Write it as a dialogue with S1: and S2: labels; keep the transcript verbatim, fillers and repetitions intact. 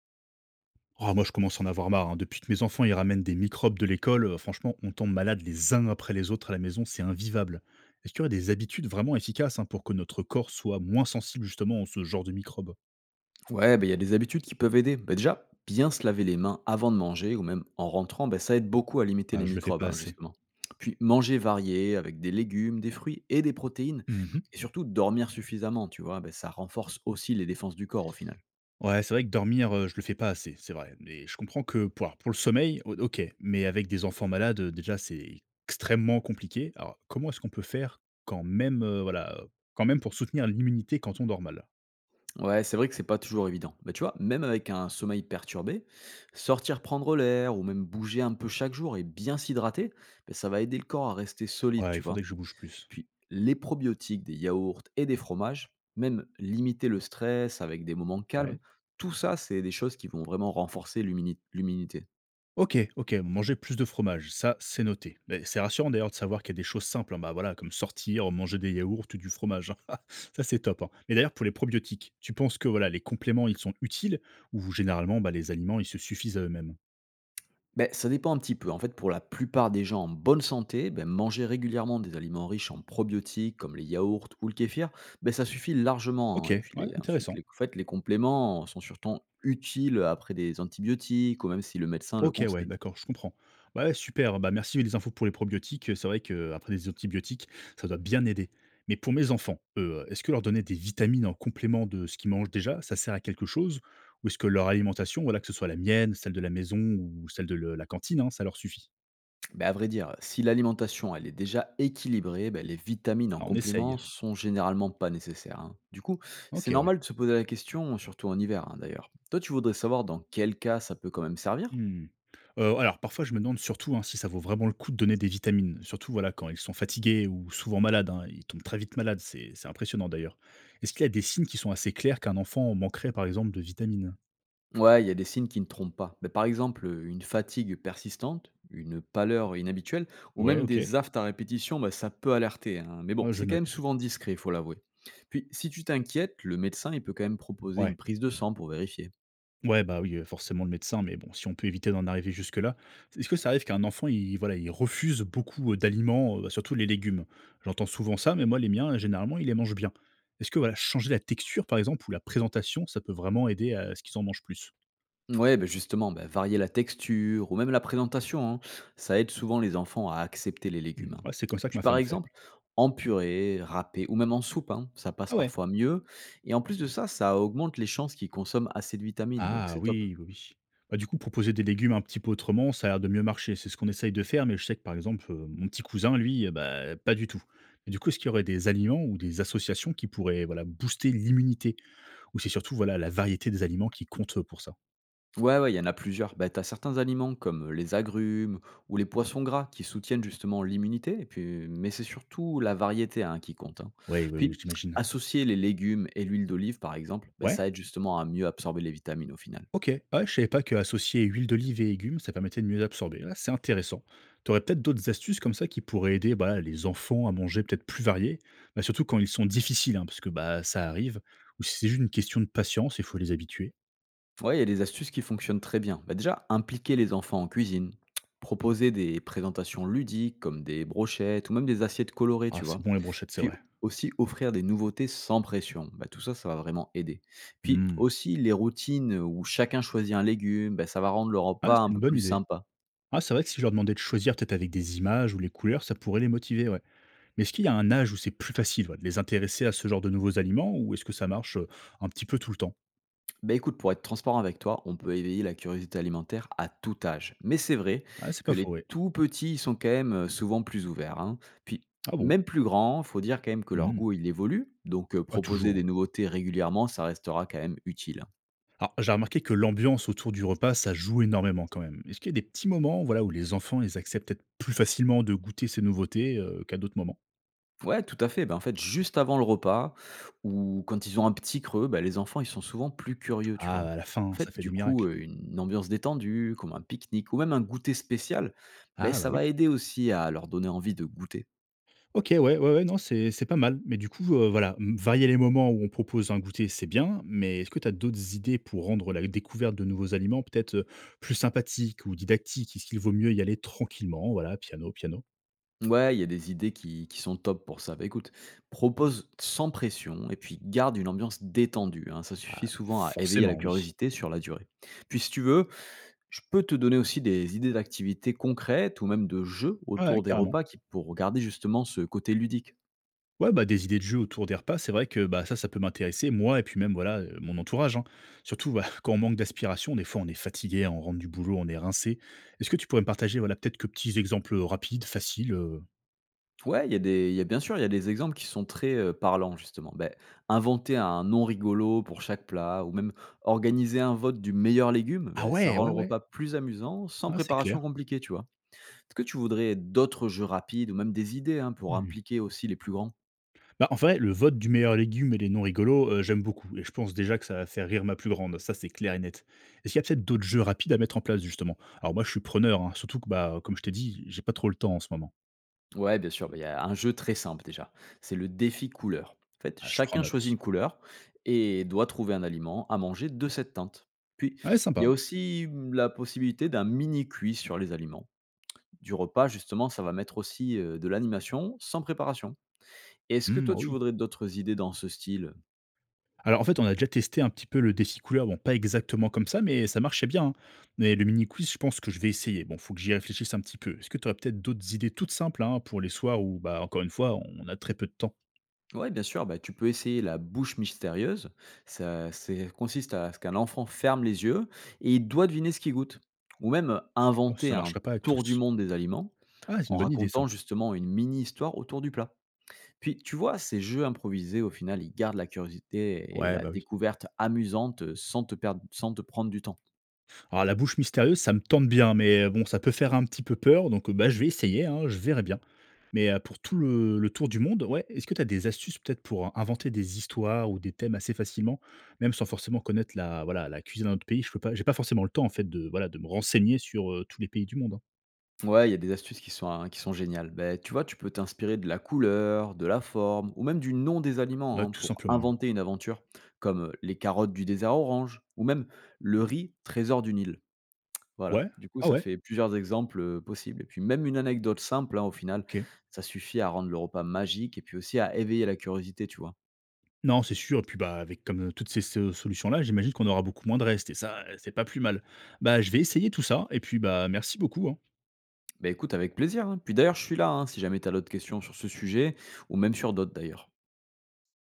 S1: Ah, moi, je commence à en avoir marre. Hein. Depuis que mes enfants ils ramènent des microbes de l'école, euh, franchement, on tombe malade les uns après les autres à la maison, c'est invivable. Est-ce qu'il y aurait des habitudes vraiment efficaces, hein, pour que notre corps soit moins sensible justement à ce genre de microbes?
S2: Ouais, bah, il y a des habitudes qui peuvent aider. Bah, déjà, bien se laver les mains avant de manger ou même en rentrant, bah, ça aide beaucoup à limiter
S1: Ah,
S2: les
S1: je le fais
S2: microbes,
S1: pas
S2: hein,
S1: assez.
S2: justement. Puis manger varié avec des légumes, des fruits et des protéines.
S1: Mhm.
S2: Et surtout, dormir suffisamment, tu vois, bah, ça renforce aussi les défenses du corps au final.
S1: Ouais, c'est vrai que dormir, euh, je le fais pas assez, c'est vrai. Mais je comprends que pour, alors, pour le sommeil, o- ok, mais avec des enfants malades, euh, déjà, c'est extrêmement compliqué. Alors, comment est-ce qu'on peut faire quand même, euh, voilà, euh, quand même pour soutenir l'immunité quand on dort mal?
S2: Ouais, c'est vrai que c'est pas toujours évident. Bah, tu vois, même avec un sommeil perturbé, sortir prendre l'air ou même bouger un peu chaque jour et bien s'hydrater, bah, ça va aider le corps à rester solide,
S1: Ouais, il
S2: tu
S1: faudrait
S2: vois.
S1: que je bouge plus.
S2: Puis les probiotiques des yaourts et des fromages, même limiter le stress avec des moments calmes,
S1: Ouais,
S2: tout ça, c'est des choses qui vont vraiment renforcer l'humini- l'immunité.
S1: OK, OK, manger plus de fromage, ça, c'est noté. Mais c'est rassurant d'ailleurs de savoir qu'il y a des choses simples, hein, bah, voilà, comme sortir, manger des yaourts ou du fromage. Hein. Ça, c'est top. Hein. Mais d'ailleurs, pour les probiotiques, tu penses que voilà, les compléments, ils sont utiles, ou généralement, bah, les aliments, ils se suffisent à eux-mêmes?
S2: Ben, ça dépend un petit peu. En fait, pour la plupart des gens en bonne santé, ben, manger régulièrement des aliments riches en probiotiques comme les yaourts ou le kéfir, ben, ça suffit largement,
S1: Ok,
S2: hein. Et puis
S1: ouais,
S2: les- ensuite,
S1: intéressant.
S2: les, en fait, les compléments sont surtout utiles après des antibiotiques ou même si le médecin le
S1: OK, ouais,
S2: conseille.
S1: d'accord, je comprends. Bah, ouais, super, bah, merci les infos pour les probiotiques, c'est vrai que après des antibiotiques, ça doit bien aider. Mais pour mes enfants, eux, est-ce que leur donner des vitamines en complément de ce qu'ils mangent déjà, ça sert à quelque chose? Ou est-ce que leur alimentation, voilà, que ce soit la mienne, celle de la maison ou celle de le la cantine, hein, ça leur suffit?
S2: Ben, à vrai dire, si l'alimentation elle est déjà équilibrée, ben, les vitamines en
S1: Ah, on
S2: complément
S1: essaye.
S2: sont généralement pas nécessaires, hein. Du coup, c'est
S1: OK.
S2: normal de se poser la question, surtout en hiver hein, d'ailleurs. Toi, tu voudrais savoir dans quel cas ça peut quand même servir.
S1: Mmh. Heu, alors parfois je me demande surtout, hein, si ça vaut vraiment le coup de donner des vitamines, surtout voilà quand ils sont fatigués ou souvent malades, hein. Ils tombent très vite malades, c'est c'est impressionnant d'ailleurs. Est-ce qu'il y a des signes qui sont assez clairs qu'un enfant manquerait par exemple de vitamines?
S2: Ouais, il y a des signes qui ne trompent pas. Ben, par exemple, une fatigue persistante, une pâleur inhabituelle, ou
S1: Ouais,
S2: même
S1: OK.
S2: des aphtes à répétition, ben, ça peut alerter, hein. Mais bon,
S1: Ouais, je
S2: c'est quand même
S1: note.
S2: souvent discret, il faut l'avouer. Puis, si tu t'inquiètes, le médecin il peut quand même proposer
S1: Ouais.
S2: une prise de sang pour vérifier.
S1: Ouais, bah, oui, heu, forcément le médecin, mais bon, si on peut éviter d'en arriver jusque-là. Est-ce que ça arrive qu'un enfant, il voilà, il refuse beaucoup, heu, d'aliments, heu, surtout les légumes? J'entends souvent ça, mais moi les miens, euh, généralement, ils les mangent bien. Est-ce que voilà, changer la texture par exemple ou la présentation, ça peut vraiment aider à ce qu'ils en mangent plus?
S2: Ouais, ben justement, bah, varier la texture ou même la présentation, hein, ça aide souvent les enfants à accepter les
S1: Mmh.
S2: légumes, hein.
S1: Ouais, c'est comme ça que
S2: Puis
S1: ma
S2: par
S1: femme fait.
S2: exemple, en purée, râpé ou même en soupe, hein, ça passe
S1: Ah ouais?
S2: parfois mieux. Et en plus de ça, ça augmente les chances qu'ils consomment assez de vitamines, donc
S1: Ah
S2: c'est top.
S1: oui, oui, oui. Bah, du coup, proposer des légumes un petit peu autrement, ça a l'air de mieux marcher. C'est ce qu'on essaye de faire, mais je sais que, par exemple, heu, mon petit cousin, lui, heu, bah, pas du tout. Et du coup, est-ce qu'il y aurait des aliments ou des associations qui pourraient, voilà, booster l'immunité? Ou c'est surtout, voilà, la variété des aliments qui compte, pour ça?
S2: Ouais, ouais, il y en a plusieurs. Bah, t'as certains aliments comme les agrumes ou les poissons gras qui soutiennent justement l'immunité, et puis, mais c'est surtout la variété hein, qui compte, hein.
S1: Ouais, oui, oui,
S2: Puis,
S1: j'imagine.
S2: associer les légumes et l'huile d'olive, par exemple, bah, ça
S1: Ouais?
S2: aide justement à mieux absorber les vitamines au final.
S1: OK. Ah ouais, je savais pas que associer huile d'olive et légumes, ça permettait de mieux absorber. Là, c'est intéressant. Tu aurais peut-être d'autres astuces comme ça qui pourraient aider, bah, les enfants à manger peut-être plus varié, bah, surtout quand ils sont difficiles, hein, parce que bah, ça arrive, ou si c'est juste une question de patience, il faut les habituer.
S2: Ouais, il y a des astuces qui fonctionnent très bien. Bah déjà, impliquer les enfants en cuisine, proposer des présentations ludiques comme des brochettes ou même des assiettes colorées,
S1: Ah,
S2: tu
S1: c'est
S2: vois.
S1: bon les brochettes, c'est
S2: Puis
S1: vrai.
S2: aussi offrir des nouveautés sans pression. Bah, tout ça, ça va vraiment aider. Puis
S1: Hmm.
S2: aussi les routines où chacun choisit un légume, bah, ça va rendre le
S1: Ah,
S2: repas un
S1: c'est une
S2: peu
S1: bonne
S2: plus
S1: idée.
S2: sympa.
S1: Ah, c'est vrai que si je leur demandais de choisir peut-être avec des images ou les couleurs, ça pourrait les motiver, ouais. Mais est-ce qu'il y a un âge où c'est plus facile, ouais, de les intéresser à ce genre de nouveaux aliments, ou est-ce que ça marche, euh, un petit peu tout le temps?
S2: Bah écoute, pour être transparent avec toi, on peut éveiller la curiosité alimentaire à tout âge. Mais c'est vrai
S1: Ah, c'est pas
S2: que
S1: faux,
S2: les
S1: ouais.
S2: tout petits ils sont quand même euh, souvent plus ouverts, hein. Puis
S1: Ah bon?
S2: même plus grands, faut dire quand même que leur
S1: Hmm.
S2: goût il évolue. Donc euh,
S1: Ah,
S2: proposer
S1: toujours. Hein.
S2: des nouveautés régulièrement, ça restera quand même utile.
S1: Alors, j'ai remarqué que l'ambiance autour du repas, ça joue énormément quand même. Est-ce qu'il y a des petits moments voilà, où les enfants ils acceptent peut-être plus facilement de goûter ces nouveautés, euh, qu'à d'autres moments?
S2: Ouais, tout à fait. Ben, en fait, juste avant le repas ou quand ils ont un petit creux, ben, les enfants ils sont souvent plus curieux, tu vois.
S1: Ah, à la fin,
S2: En
S1: ça
S2: fait,
S1: fait des
S2: du coup,
S1: miracles.
S2: euh, une ambiance détendue, comme un pique-nique ou même un goûter spécial, ben,
S1: Ah, bah
S2: ça
S1: oui.
S2: va aider aussi à leur donner envie de goûter.
S1: Ok, ouais, ouais, ouais, non, c'est c'est pas mal. Mais du coup, euh, voilà, m- varier les moments où on propose un goûter, c'est bien. Mais est-ce que tu as d'autres idées pour rendre la découverte de nouveaux aliments peut-être, euh, plus sympathique ou didactique? Est-ce qu'il vaut mieux y aller tranquillement? Voilà, piano, piano.
S2: Ouais, il y a des idées qui qui sont top pour ça. Bah, écoute, propose sans pression et puis garde une ambiance détendue, hein. Ça suffit
S1: Ah,
S2: souvent à éveiller la
S1: forcément, oui.
S2: curiosité sur la durée. Puis si tu veux, je peux te donner aussi des idées d'activités concrètes ou même de jeux
S1: Ouais,
S2: autour des
S1: carrément.
S2: repas qui pour garder justement ce côté ludique.
S1: Ouais, bah, des idées de jeux autour des repas, c'est vrai que, bah, ça, ça peut m'intéresser, moi et puis même, voilà, heu, mon entourage, hein. Surtout, bah, quand on manque d'aspiration, des fois, on est fatigué, on rentre du boulot, on est rincé. Est-ce que tu pourrais me partager, voilà, peut-être quelques petits exemples, euh, rapides, faciles, heu?
S2: Ouais, il y a des il y a bien sûr, il y a des exemples qui sont très, heu, parlants justement. Ben inventer un nom rigolo pour chaque plat ou même organiser un vote du meilleur légume,
S1: Ah
S2: ben ça
S1: ouais,
S2: rend
S1: ouais,
S2: le
S1: ouais,
S2: repas plus amusant sans
S1: ah, c'est
S2: préparation
S1: clair.
S2: compliquée, tu vois? Est-ce que tu voudrais d'autres jeux rapides ou même des idées hein, pour
S1: Mmh.
S2: impliquer aussi les plus grands?
S1: Bah, en vrai, le vote du meilleur légume et les non rigolos, heu, j'aime beaucoup et je pense déjà que ça va faire rire ma plus grande, ça, c'est clair et net. Est-ce qu'il y a peut-être d'autres jeux rapides à mettre en place, justement? Alors moi, je suis preneur, hein, surtout que, bah, comme je t'ai dit, j'ai pas trop le temps en ce moment.
S2: Ouais, bien sûr, bah, il y a un jeu très simple déjà. C'est le défi couleur. En fait,
S1: Ah, je prends
S2: chacun choisit
S1: note.
S2: une couleur et doit trouver un aliment à manger de cette teinte. Puis,
S1: Ouais,
S2: il y a
S1: sympa.
S2: aussi hum, la possibilité d'un mini cuit sur les aliments. Du repas, justement, ça va mettre aussi euh, de l'animation sans préparation. Est-ce que
S1: Mmh,
S2: toi, tu
S1: oui.
S2: voudrais d'autres idées dans ce style?
S1: Alors en fait, on a déjà testé un petit peu le décicouleur, bon pas exactement comme ça, mais ça marchait bien, hein. Mais le mini quiz, je pense que je vais essayer. Bon, faut que j'y réfléchisse un petit peu. Est-ce que tu aurais peut-être d'autres idées toutes simples, hein, pour les soirs où, bah, encore une fois, on a très peu de temps?
S2: Ouais, bien sûr, bah, tu peux essayer la bouche mystérieuse. Ça, c'est- consiste à ce qu'un enfant ferme les yeux et il doit deviner ce qu'il goûte. Ou même euh,
S1: Oh,
S2: inventer
S1: ça
S2: un
S1: marcherait pas avec
S2: tour du
S1: tous.
S2: monde des aliments
S1: Ah, c'est une
S2: en
S1: bonne idée ça.
S2: racontant justement une mini-histoire autour du plat. Puis tu vois, ces jeux improvisés, au final, ils gardent la curiosité et
S1: Ouais,
S2: la
S1: bah, oui.
S2: découverte amusante sans te, perdre, sans te prendre du temps.
S1: Alors la bouche mystérieuse, ça me tente bien, mais bon, ça peut faire un petit peu peur, donc bah, je vais essayer, hein, je verrai bien. Mais heu, pour tout le le tour du monde, ouais, est-ce que tu as des astuces peut-être pour, heu, inventer des histoires ou des thèmes assez facilement? Même sans forcément connaître la voilà, la cuisine d'un autre pays, je peux pas j'ai pas forcément le temps en fait de voilà, de me renseigner sur, heu, tous les pays du monde, hein.
S2: Ouais, il y a des astuces qui sont, hein, qui sont géniales. Ben, tu vois, tu peux t'inspirer de la couleur, de la forme, ou même du nom des
S1: Ouais,
S2: aliments hein,
S1: tout
S2: pour
S1: simplement.
S2: inventer une aventure, comme euh, les carottes du désert orange, ou même le riz trésor du Nil. Voilà,
S1: Ouais.
S2: du coup,
S1: Ah
S2: ça
S1: ouais,
S2: fait plusieurs exemples euh, possibles. Et puis même une anecdote simple, hein, au final,
S1: OK.
S2: ça suffit à rendre le repas magique et puis aussi à éveiller la curiosité, tu vois.
S1: Non, c'est sûr et puis, bah, avec comme, heu, toutes ces so solutions-là, j'imagine qu'on aura beaucoup moins de restes et ça, heu, c'est pas plus mal. Bah, je vais essayer tout ça et puis, bah, merci beaucoup, hein.
S2: Ben écoute, avec plaisir, hein. Puis d'ailleurs, je suis là, hein, si jamais tu as d'autres questions sur ce sujet, ou même sur d'autres d'ailleurs.